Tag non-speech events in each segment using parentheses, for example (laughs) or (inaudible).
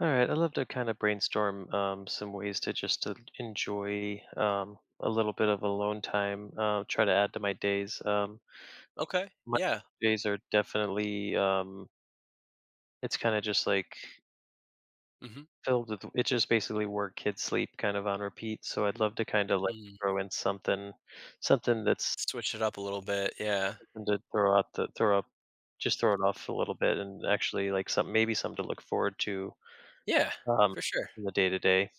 All right, I'd love to kind of brainstorm some ways to just to enjoy a little bit of alone time. Try to add to my days. Okay, My yeah. days are definitely it's kind of just like Mhm, filled with it's just basically work, kids, sleep, kind of on repeat. So I'd love to kind of like mm. throw in something, something that's Switch it up a little bit, yeah. something to throw out the throw up, just throw it off a little bit, and actually like some maybe something to look forward to Yeah, um, for sure. in the day to day.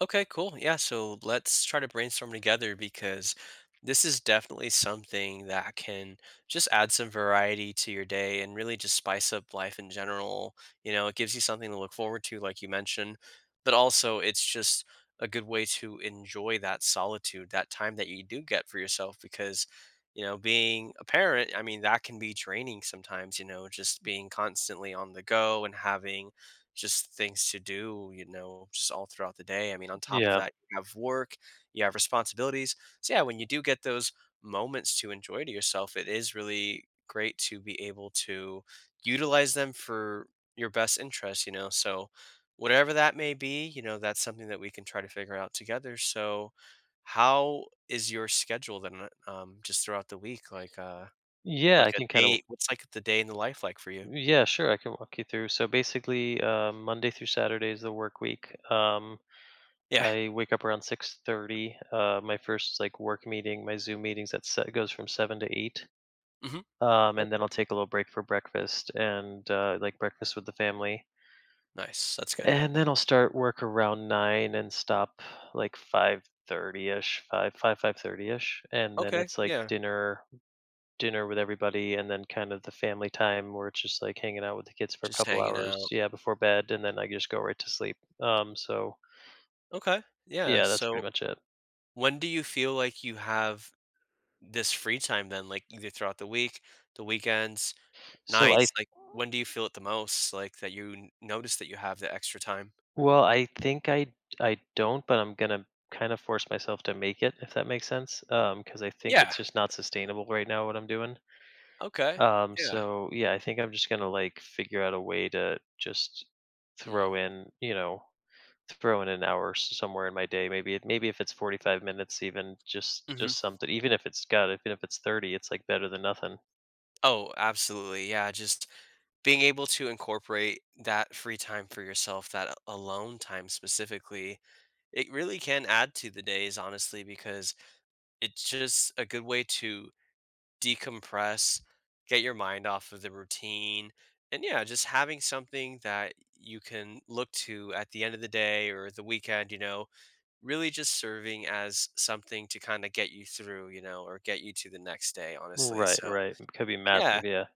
Okay, cool. Yeah, so let's try to brainstorm together because this is definitely something that can just add some variety to your day and really just spice up life in general. You know, it gives you something to look forward to, like you mentioned, but also it's just a good way to enjoy that solitude, that time that you do get for yourself because, you know, being a parent, I mean, that can be draining sometimes, you know, just being constantly on the go and having just things to do, you know, just all throughout the day. I mean, on top of Yeah, that, you have work, you have responsibilities. So yeah, when you do get those moments to enjoy to yourself, it is really great to be able to utilize them for your best interest, you know. So whatever that may be, you know, that's something that we can try to figure out together. So how is your schedule then just throughout the week, yeah, like I a can kind of day? What's like the day in the life like for you? Yeah, sure. I can walk you through. So basically, Monday through Saturday is the work week. Yeah. I wake up around 6:30. My first like work meeting, my Zoom meetings goes from 7 to 8. Hmm. And then Okay, I'll take a little break for breakfast and like breakfast with the family. nice, that's good. And then I'll start work around nine and stop like 5:30 ish, five thirty ish. And then Okay, it's like yeah, dinner, dinner with everybody and then kind of the family time where it's just like hanging out with the kids for a just couple hanging hours, out. yeah, before bed. And then I just go right to sleep. So Okay, yeah, yeah, that's pretty so much it. when do you feel like you have this free time then? Like, either throughout the week, the weekends, So I nights, like, when do you feel it the most, like, that you n notice that you have the extra time? Well, I think I don't, but I'm gonna kind of force myself to make it, if that makes sense. Because I think Yeah, it's just not sustainable right now, what I'm doing. okay, yeah. So yeah, I think I'm just gonna like figure out a way to just Mm, throw in, you know, throw in an hour somewhere in my day. Maybe if it's 45 minutes, even just mhm. just something. Even if it's God, even if it's 30, it's like better than nothing. Oh, absolutely, yeah, just being able to incorporate that free time for yourself, that a alone time specifically, it really can add to the days, honestly, because it's just a good way to decompress, get your mind off of the routine, and yeah, just having something that you can look to at the end of the day or the weekend, you know, really just serving as something to kind of get you through, you know, or get you to the next day, honestly. Right, So, right. It could be massive. yeah, Yeah,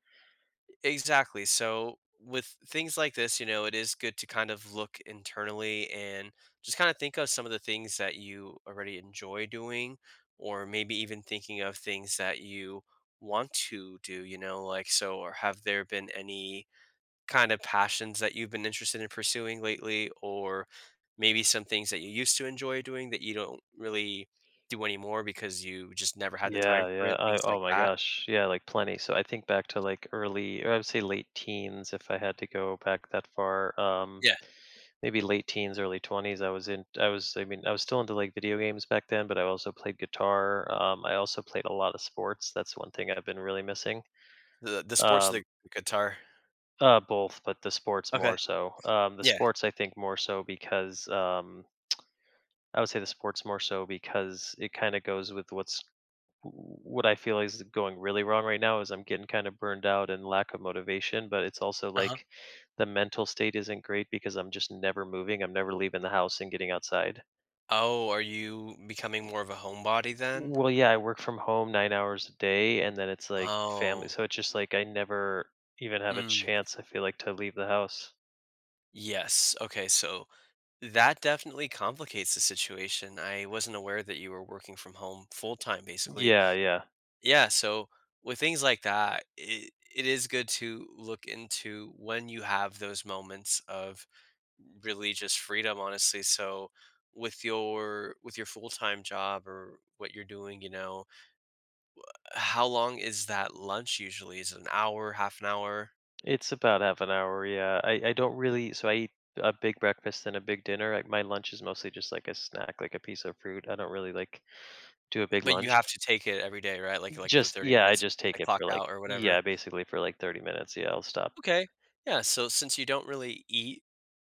exactly. So with things like this, you know, it is good to kind of look internally and just kind of think of some of the things that you already enjoy doing, or maybe even thinking of things that you want to do, you know, like so, or have there been any kind of passions that you've been interested in pursuing lately, or maybe some things that you used to enjoy doing that you don't really do anymore because you just never had the time yeah, for yeah. it, things like Oh my that? gosh, yeah, like plenty. So I think back to like early, or I would say late teens, if I had to go back that far. Yeah, Maybe late teens, early 20s. I was in. I was. I mean, I was still into like video games back then, but I also played guitar. I also played a lot of sports. That's one thing I've been really missing. the sports of Um, the guitar. Both, but the sports Okay. more so. The Yeah. sports, I think, more so because I would say the sports more so because it kind of goes with what I feel is going really wrong right now. Is I'm getting kind of burned out and lack of motivation, but it's also Uh-huh. like the mental state isn't great because I'm just never moving. I'm never leaving the house and getting outside. Oh, are you becoming more of a homebody then? Well, yeah, I work from home 9 hours a day, and then it's like family. Oh. So it's just like I never even have a Mm. chance, I feel like, to leave the house. Yes. Okay, so that definitely complicates the situation. I wasn't aware that you were working from home full time basically. Yeah, yeah. Yeah, so with things like that, it is good to look into when you have those moments of really just freedom, honestly. So with your full-time job or what you're doing, you know, how long is that lunch usually? Is it an hour, half an hour? It's about half an hour, yeah. I don't really, so I eat a big breakfast and a big dinner. Like my lunch is mostly just like a snack, like a piece of fruit. I don't really like do a big But you lunch. have to take it every day, right? Like the Just 30 yeah, I minutes just you take gotta it clock for like, out or yeah, whatever. basically for like 30 minutes. Yeah, I'll stop. Okay. Yeah, so since you don't really eat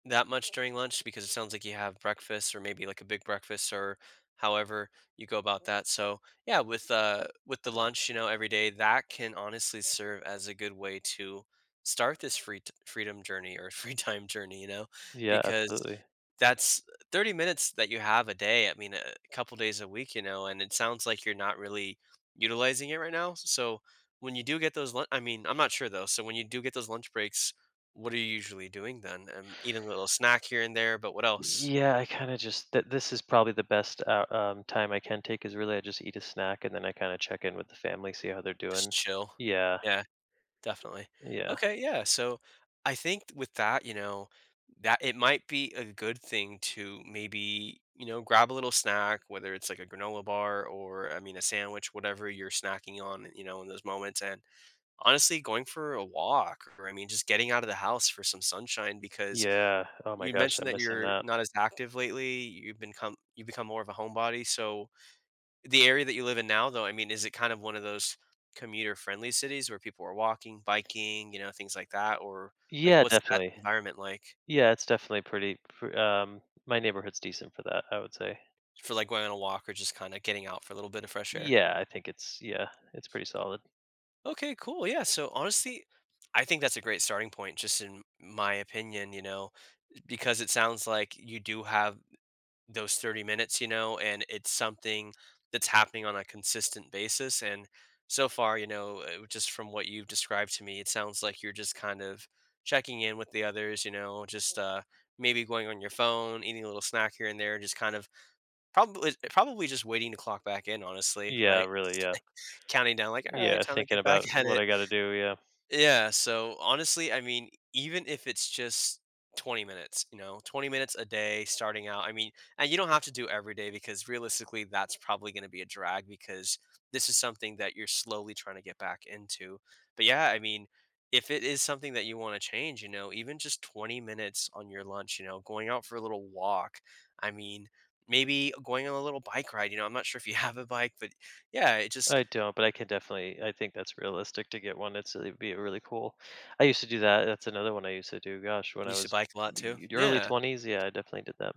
that much during lunch because it sounds like you have breakfast or maybe like a big breakfast or however you go about that. So, yeah, with the lunch, you know, every day, that can honestly serve as a good way to start this freedom journey or (laughs) free time journey, you know, Yeah, because absolutely. that's 30 minutes that you have a day, I mean, a couple days a week, you know, and it sounds like you're not really utilizing it right now, so when you do get those lun I mean, I'm not sure though, so when you do get those lunch breaks, what are you usually doing then? Eating a little snack here and there, but what else? Yeah, I kind of just that this is probably the best time I can take is, really I just eat a snack and then I kind of check in with the family, see how they're Just doing. chill. Yeah. Yeah. Definitely. Yeah. Okay, yeah, so I think with that, you know, that it might be a good thing to maybe, you know, grab a little snack, whether it's like a granola bar or, I mean, a sandwich, whatever you're snacking on, you know, in those moments. And honestly, going for a walk or, I mean, just getting out of the house for some sunshine because Yeah. Oh my you gosh, mentioned I'm that missing you're that. not as active lately. You become more of a homebody. So the area that you live in now, though, I mean, is it kind of one of those commuter-friendly cities where people are walking, biking, you know, things like that? Or, like, Yeah, what's that definitely. environment like Yeah, it's definitely my neighborhood's decent for that, I would say. for, like, going on a walk or just kinda getting out for a little bit of fresh air? Yeah, I think it's yeah, it's pretty solid. Okay, cool, yeah, so, honestly, I think that's a great starting point just in my opinion, you know, because it sounds like you do have those 30 minutes, you know, and it's something that's happening on a consistent basis. And so far, you know, just from what you've described to me, it sounds like you're just kind of checking in with the others, you know, just maybe going on your phone, eating a little snack here and there, just kind of probably just waiting to clock back in, honestly, Yeah, right? really, yeah. (laughs) Counting down, like, all right, Yeah, time to thinking get back about at what it. I got to do, yeah. Yeah, so honestly, I mean, even if it's just 20 minutes, you know, 20 minutes a day starting out. I mean, and you don't have to do every day because realistically, that's probably going to be a drag because this is something that you're slowly trying to get back into. But yeah, I mean, if it is something that you want to change, you know, even just 20 minutes on your lunch, you know, going out for a little walk. I mean, maybe going on a little bike ride, you know, I'm not sure if you (laughs) have a bike, but yeah, it just I don't, but I can definitely, I think that's realistic to get one. It's it'd be really cool. I used to do that. That's another one I used to do. Gosh, when you I used to was bike a lot too. Early Yeah. 20s, yeah, I definitely did that.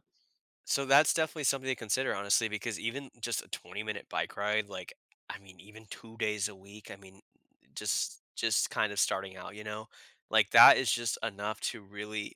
So that's definitely something to consider, honestly, because even just a 20-minute bike ride, like, I mean, even 2 days a week, I mean, just kind of starting out, you know, like that is just enough to really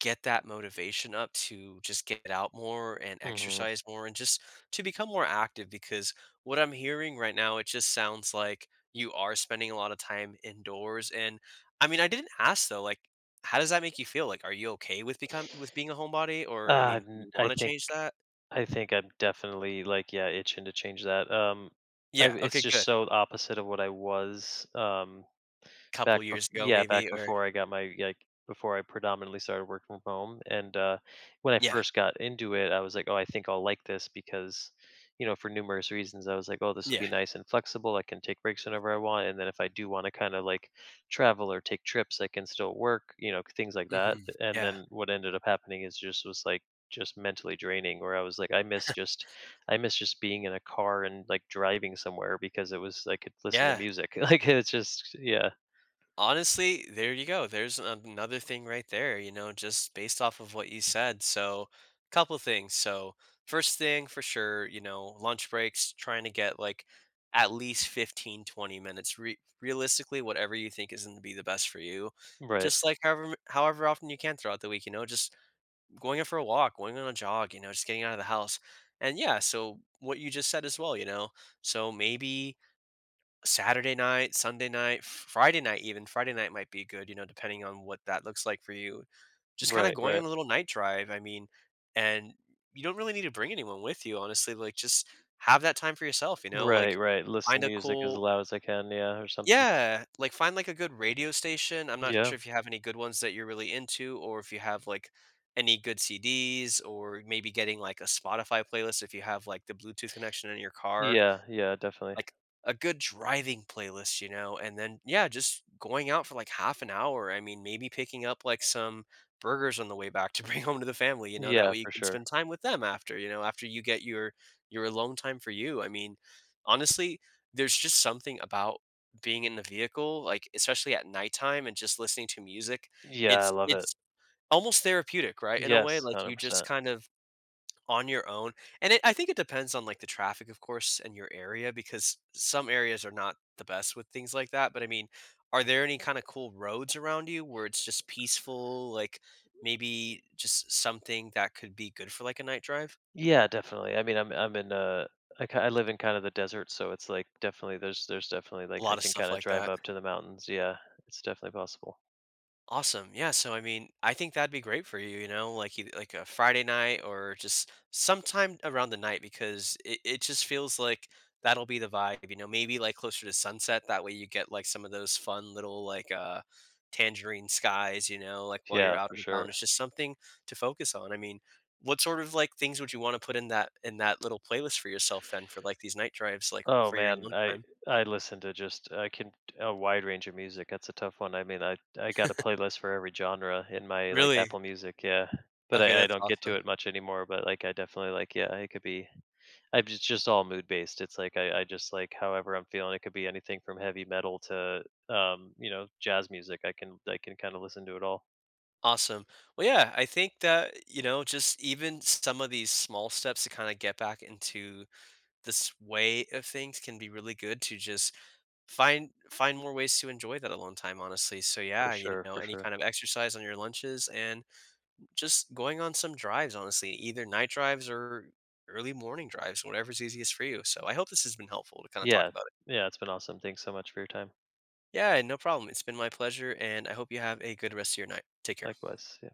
get that motivation up to just get out more and Mhm. exercise more and just to become more active because what I'm hearing right now, it just sounds like you are spending a lot of time indoors. And I mean, I didn't ask though, like, how does that make you feel? Like, are you okay with become with being a homebody? Or I Uh, mean, do n- you I want to think change that? I think I'm definitely like, yeah, itching to change that. I Yeah. it's Okay. just Good. so opposite of what I was. Couple Back bef years ago, yeah, back maybe. Or before I got my like, before I predominantly started working from home, and, when I yeah. first got into it, I was like, "Oh, I think I'll like this," because, you know, for numerous reasons, I was like, "Oh, this will Yeah. be nice and flexible, I can take breaks whenever I want, and then if I do wanna kinda, like, travel or take trips, I can still work," you know, things like that. Hmm. And Yeah. then what ended up happening is just was, like, just mentally draining. Where I was like, I miss just being in a car and, like, driving somewhere because it was I could listen to Yeah. music, (laughs) like, it's just yeah. Honestly, there you go. There's another thing right there, you know, just based off of what you said. So, couple things. So, first thing for sure, you know, lunch breaks, trying to get like at least 15, 20 minutes. Realistically, whatever you think is going to be the best for you. Right, Just like however however often you can throughout the week, you know, just going out for a walk, going on a jog, you know, just getting out of the house. And yeah, so what you just said as well, you know. So maybe Saturday night, Sunday night, Friday night even, Friday night might be good, you know, depending on what that looks like for you. Just kinda right, going right. on a little night drive, I mean, and you don't really need to bring anyone with you, honestly, like, just have that time for yourself, you know, Right, like, right, listen find to a music as cool, loud as I can, yeah, or something. yeah, like, find, like, a good radio station. I'm not Yeah. sure if you have any good ones that you're really into or if you have, like, any good CDs or maybe getting, like, a Spotify playlist if you have, like, the Bluetooth connection in your car, Yeah, yeah, definitely. like a good driving playlist, you know, and then yeah, just going out for like half an hour. I mean, maybe picking up like some burgers on the way back (laughs) to bring home to the family, you know, that Yeah, way you for can sure. spend time with them after, you know, after you get your alone time for you. I mean, honestly, there's just something about being in the vehicle, like especially at nighttime and just listening to music. Yeah, I It's love it. it's almost therapeutic, right? In a way, Yes, like you just 100%. kind of on your own, and it I think it depends on, like, the traffic, of course, and your area because some areas are not the best with things like that, but, I mean, are there any kinda cool roads around you where it's just peaceful, like, maybe just something that could be good for, like, a night drive? Yeah, definitely. I mean, I'm in, I live in kinda the desert, so it's, like, definitely there's definitely, like, A I lot of can stuff kinda like drive that. up to the mountains, yeah, it's definitely possible. Awesome. Yeah. So, I mean, I think that'd be great for you, you know, like a Friday night or just sometime around the night because it just feels like that'll be the vibe, you know, maybe like closer to sunset. That way you get like some of those fun little like tangerine skies, you know, like while you're Yeah, out for and about and sure. it's just something to focus on. I mean, what sort of like things would you want to put in that little playlist for yourself then for like these night drives, like Oh for your man, alone time? I listen to just I can a wide range of music. That's a tough one. I mean, I got a playlist for every genre in my like Really? Apple Music. Yeah, but Okay, I that's don't get awesome. to it much anymore. But like, I definitely like yeah, it could be. I just all mood based. It's like I just, like, however I'm feeling. It could be anything from heavy metal to you know, jazz music. I can kind of listen to it all Awesome. Well, yeah, I think that, you know, just even some of these small steps to kind of get back into this way of things can be really good to just find more ways to enjoy that alone time, honestly. So for yeah, you sure, know, for any sure. kind of exercise on your lunches and just going on some drives honestly, either night drives or early morning drives, whatever's easiest for you. So I hope this has been helpful to kind of talk Yeah, about it. yeah, it's been awesome. Thanks so much for your time. Yeah, no problem, it's been my pleasure and I hope you have a good rest of your night. Take care. Likewise. Yeah.